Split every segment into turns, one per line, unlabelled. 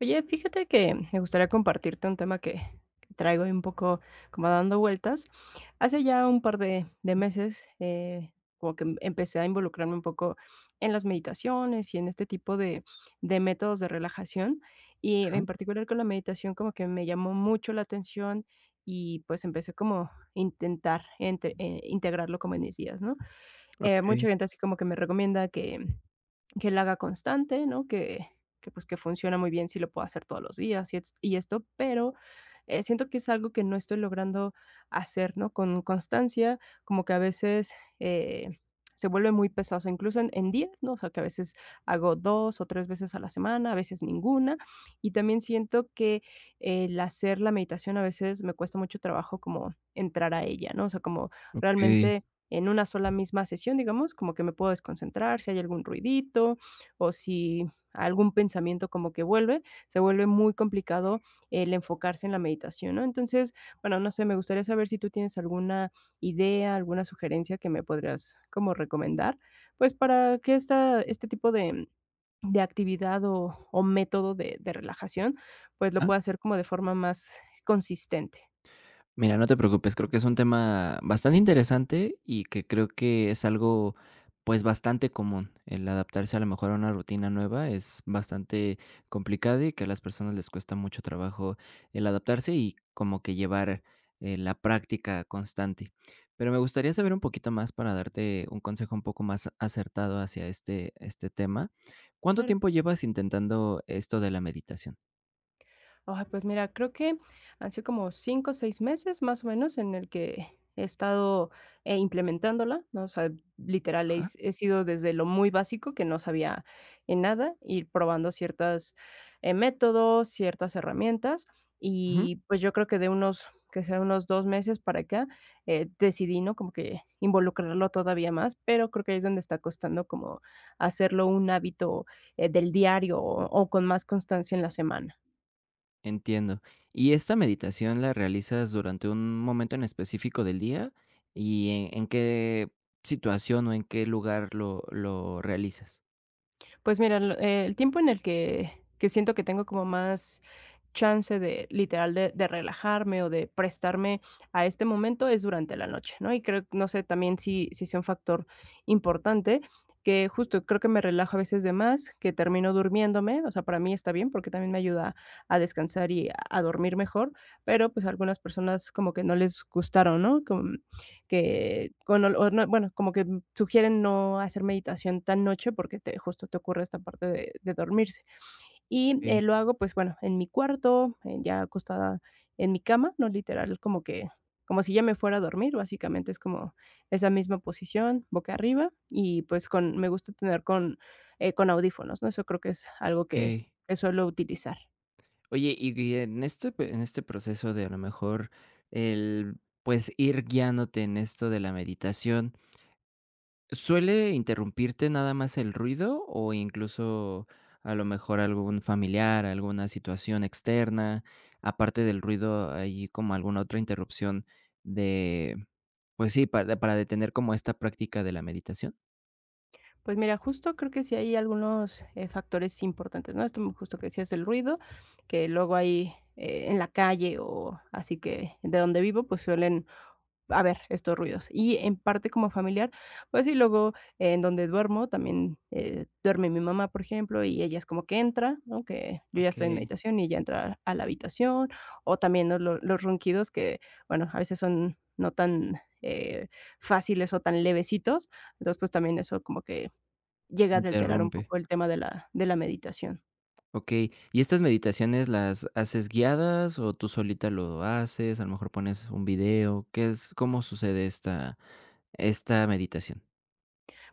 Oye, fíjate que me gustaría compartirte un tema que traigo ahí un poco como dando vueltas. Hace ya un par de meses, como que empecé a involucrarme un poco en las meditaciones y en este tipo de métodos de relajación. Y
Ajá,
en particular con la meditación, como que me llamó mucho la atención y pues empecé como a intentar integrarlo como en mis días, ¿no?
okey,
Mucha gente así como que me recomienda que la haga constante, ¿no? Pues, que funciona muy bien si lo puedo hacer todos los días y esto, pero, siento que es algo que no estoy logrando hacer, ¿no? Con constancia, como que a veces, eh, se vuelve muy pesado, incluso en días, ¿no? O sea, que a veces hago 2 o 3 veces a la semana, a veces ninguna, y también siento que el hacer la meditación a veces me cuesta mucho trabajo como entrar a ella, ¿no? O sea, como
okey.
realmente en una sola misma sesión, digamos, como que me puedo desconcentrar, si hay algún ruidito o si algún pensamiento como que vuelve, se vuelve muy complicado el enfocarse en la meditación, ¿no? Entonces, bueno, no sé, me gustaría saber si tú tienes alguna idea, alguna sugerencia que me podrías como recomendar, pues para que esta, este tipo de actividad o método de relajación, pues lo
Ajá.
pueda hacer como de forma más consistente.
Mira, no te preocupes, creo que es un tema bastante interesante y que creo que es algo, pues, bastante común. El adaptarse a lo mejor a una rutina nueva es bastante complicado y que a las personas les cuesta mucho trabajo el adaptarse y como que llevar, la práctica constante. Pero me gustaría saber un poquito más para darte un consejo un poco más acertado hacia este tema. ¿Cuánto
Claro.
tiempo llevas intentando esto de la meditación?
Ay, pues mira, creo que han sido como 5 o 6 meses más o menos en el que he estado, implementándola, ¿no? O sea, literal,
Ajá.
he sido desde lo muy básico, que no sabía, en nada, ir probando ciertos métodos, ciertas herramientas, y pues yo creo que de unos, que sea unos 2 meses para acá, decidí, ¿no? Como que involucrarlo todavía más, pero creo que ahí es donde está costando como hacerlo un hábito, del diario o con más constancia en la semana.
Entiendo. ¿Y esta meditación la realizas durante un momento en específico del día? ¿Y en qué situación o en qué lugar lo realizas?
Pues mira, lo el tiempo en el que siento que tengo como más chance de, literal, de relajarme o de prestarme a este momento es durante la noche, ¿no? Y creo no sé también si si sea un factor importante, que justo creo que me relajo a veces de más, que termino durmiéndome, o sea, para mí está bien, porque también me ayuda a descansar y a dormir mejor, pero, pues, a algunas personas como que no les gustaron, ¿no? Como que con ol o no, bueno, como que sugieren no hacer meditación tan noche porque te justo te ocurre esta parte de dormirse. Y,
Okey,
lo hago, pues, bueno, en mi cuarto, ya acostada en mi cama, no literal, como que como si ya me fuera a dormir, básicamente es como esa misma posición, boca arriba y, pues, con me gusta tener con audífonos, ¿no? Eso creo que es algo que
okey.
que suelo utilizar.
Oye, y en este pe en este proceso de a lo mejor el, pues, ir guiándote en esto de la meditación, ¿suele interrumpirte nada más el ruido o incluso a lo mejor algún familiar, alguna situación externa, aparte del ruido, hay como alguna otra interrupción de, pues sí, para detener como esta práctica de la meditación?
Pues mira, justo creo que sí hay algunos, factores importantes, ¿no? Esto justo que decías el ruido, que luego hay, en la calle o así que de donde vivo, pues suelen haber estos ruidos. Y en parte como familiar, pues sí, luego en donde duermo también, duerme mi mamá, por ejemplo, y ella es como que entra, ¿no? Que yo ya
Ok.
estoy en meditación y ella entra a la habitación, o también, ¿no? Lo Los ronquidos que, bueno, a veces son no tan, fáciles o tan levecitos. Entonces, pues también eso como que llega a alterar un
Interrumpe.
poco el tema de la meditación.
Ok. ¿Y estas meditaciones las haces guiadas o tú solita lo haces? A lo mejor pones un video. ¿Qué es, cómo sucede esta, esta meditación?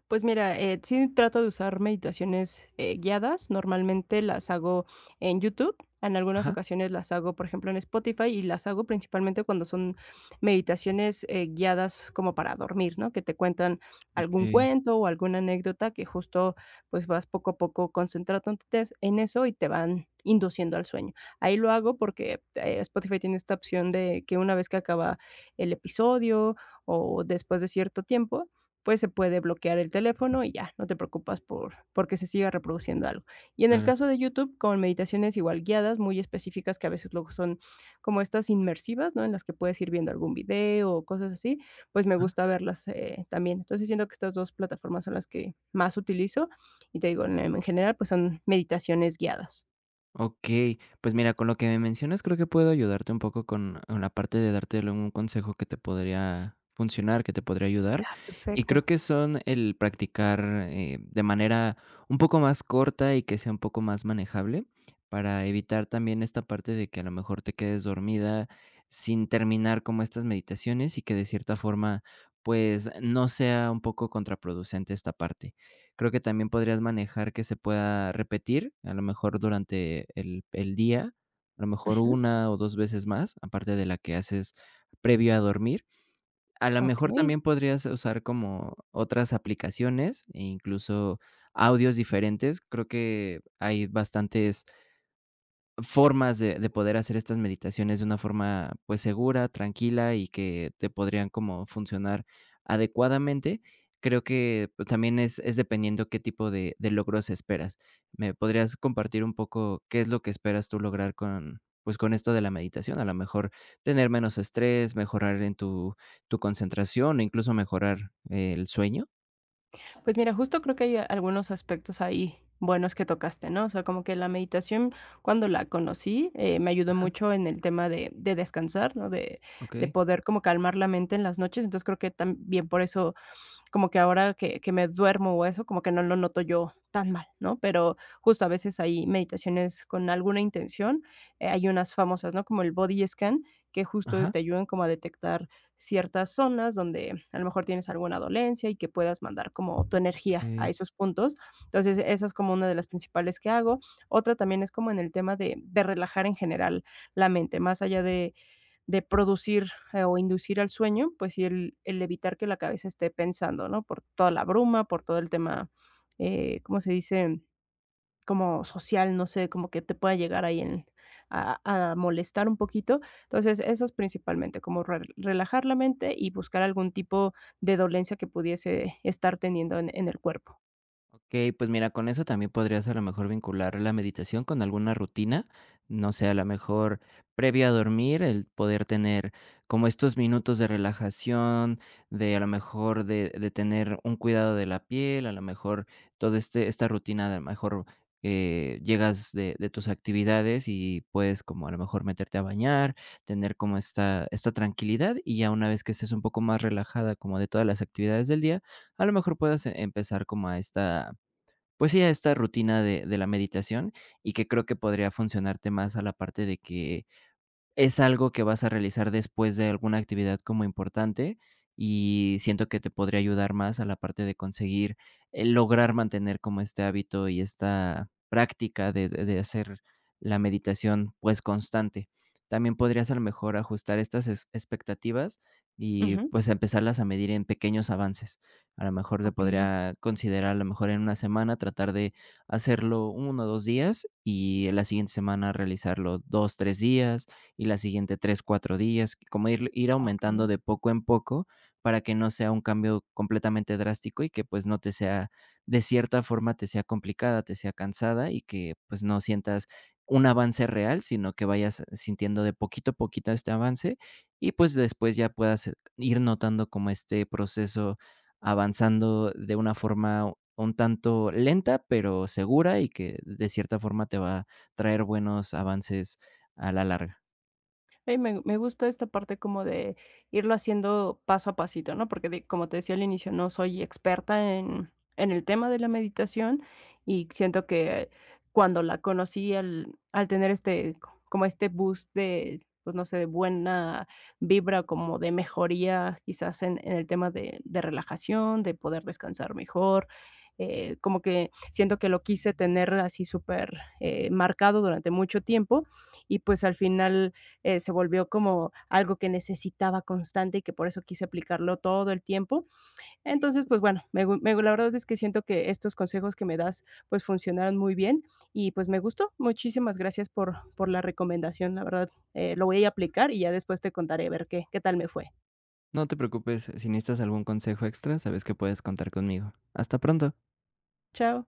Pues mira, sí trato de usar meditaciones, guiadas. Normalmente las hago en YouTube, en algunas
Ajá.
ocasiones las hago, por ejemplo, en Spotify, y las hago principalmente cuando son meditaciones, guiadas como para dormir, ¿no? Que te cuentan algún
Ok,
cuento o alguna anécdota que justo, pues, vas poco a poco concentrándote en eso y te van induciendo al sueño. Ahí lo hago porque, Spotify tiene esta opción de que una vez que acaba el episodio o después de cierto tiempo, pues se puede bloquear el teléfono y ya, no te preocupas porque se siga reproduciendo algo. Y en el
claro.
caso de YouTube, con meditaciones igual guiadas, muy específicas, que a veces luego son como estas inmersivas, ¿no? En las que puedes ir viendo algún video o cosas así, pues me gusta verlas también. Entonces siento que estas dos plataformas son las que más utilizo y te digo, en general, pues son meditaciones guiadas.
Okey, pues mira, con lo que me mencionas, creo que puedo ayudarte un poco con la parte de darte un consejo que te podría funcionar, que te podría ayudar.
Ah,
Y creo
perfecto.
que son el practicar, de manera un poco más corta y que sea un poco más manejable, para evitar también esta parte de que a lo mejor te quedes dormida sin terminar como estas meditaciones y que de cierta forma, pues, no sea un poco contraproducente esta parte. Creo que también podrías manejar que se pueda repetir, a lo mejor durante el día, a lo mejor
Ujú.
una o 2 veces más, aparte de la que haces previo a dormir. A lo
Ok.
mejor también podrías usar como otras aplicaciones e incluso audios diferentes. Creo que hay bastantes formas de poder hacer estas meditaciones de una forma, pues, segura, tranquila y que te podrían como funcionar adecuadamente. Creo que, pues, también es dependiendo qué tipo de logros esperas. ¿Me podrías compartir un poco qué es lo que esperas tú lograr con, pues, con esto de la meditación? A lo mejor tener menos estrés, mejorar en tu concentración, o incluso mejorar el sueño.
Pues mira, justo creo que hay algunos aspectos ahí buenos que tocaste, ¿no? O sea, como que la meditación, cuando la conocí, me ayudó
Ajá,
mucho en el tema de descansar, ¿no? De
okey.
poder como calmar la mente en las noches. Entonces creo que también por eso como que ahora que me duermo o eso, como que no lo noto yo tan mal, ¿no? Pero justo a veces hay meditaciones con alguna intención, hay unas famosas, ¿no? Como el body scan, que justo
Ajá,
te ayudan como a detectar ciertas zonas donde a lo mejor tienes alguna dolencia y que puedas mandar como tu energía a
okey.
esos puntos. Entonces, esa es como una de las principales que hago. Otra también es como en el tema de relajar en general la mente, más allá de producir o inducir al sueño, pues sí, el evitar que la cabeza esté pensando, ¿no? Por toda la bruma, por todo el tema, ¿cómo se dice? Como social, no sé, como que te pueda llegar ahí en, a, a molestar un poquito. Entonces, eso es principalmente, como relajar la mente y buscar algún tipo de dolencia que pudiese estar teniendo en el cuerpo.
Okey, pues mira, con eso también podrías a lo mejor vincular la meditación con alguna rutina, no sé, a lo mejor previo a dormir, el poder tener como estos minutos de relajación, de a lo mejor de tener un cuidado de la piel, a lo mejor toda este esta rutina, de a lo mejor, llegas de tus actividades y puedes como a lo mejor meterte a bañar, tener como esta esta tranquilidad, y ya una vez que estés un poco más relajada como de todas las actividades del día, a lo mejor puedas empezar como a esta, pues sí, a esta rutina de la meditación, y que creo que podría funcionarte más a la parte de que, es algo que vas a realizar después de alguna actividad como importante, y siento que te podría ayudar más a la parte de conseguir, lograr mantener como este hábito y esta práctica de de hacer la meditación, pues, constante. También podrías, a lo mejor, ajustar estas ex expectativas y,
Ujú.
pues, empezarlas a medir en pequeños avances. A lo mejor te
Ok,
podría considerar, a lo mejor, en una semana tratar de hacerlo uno o 2 días, y en la siguiente semana realizarlo 2 3 días, y la siguiente 3 4 días, como ir aumentando
ok.
de poco en poco para que no sea un cambio completamente drástico y que pues no te sea, de cierta forma te sea complicada, te sea cansada y que pues no sientas un avance real, sino que vayas sintiendo de poquito a poquito este avance y pues después ya puedas ir notando como este proceso avanzando de una forma un tanto lenta, pero segura y que de cierta forma te va a traer buenos avances a la larga.
Ey, me gusta esta parte como de irlo haciendo paso a pasito, ¿no? Porque de como te decía al inicio, no soy experta en el tema de la meditación y siento que cuando la conocí al al tener este como este boost de, pues, no sé, de buena vibra, como de mejoría, quizás en el tema de relajación, de poder descansar mejor, como que siento que lo quise tener así súper, marcado durante mucho tiempo y, pues, al final se volvió como algo que necesitaba constante y que por eso quise aplicarlo todo el tiempo. Entonces, pues bueno, me gu me la verdad es que siento que estos consejos que me das, pues funcionaron muy bien y pues me gustó. Muchísimas gracias por la recomendación, la verdad, lo voy a aplicar y ya después te contaré a ver qué tal me fue.
No te preocupes, si necesitas algún consejo extra, sabes que puedes contar conmigo. Hasta pronto.
Chao.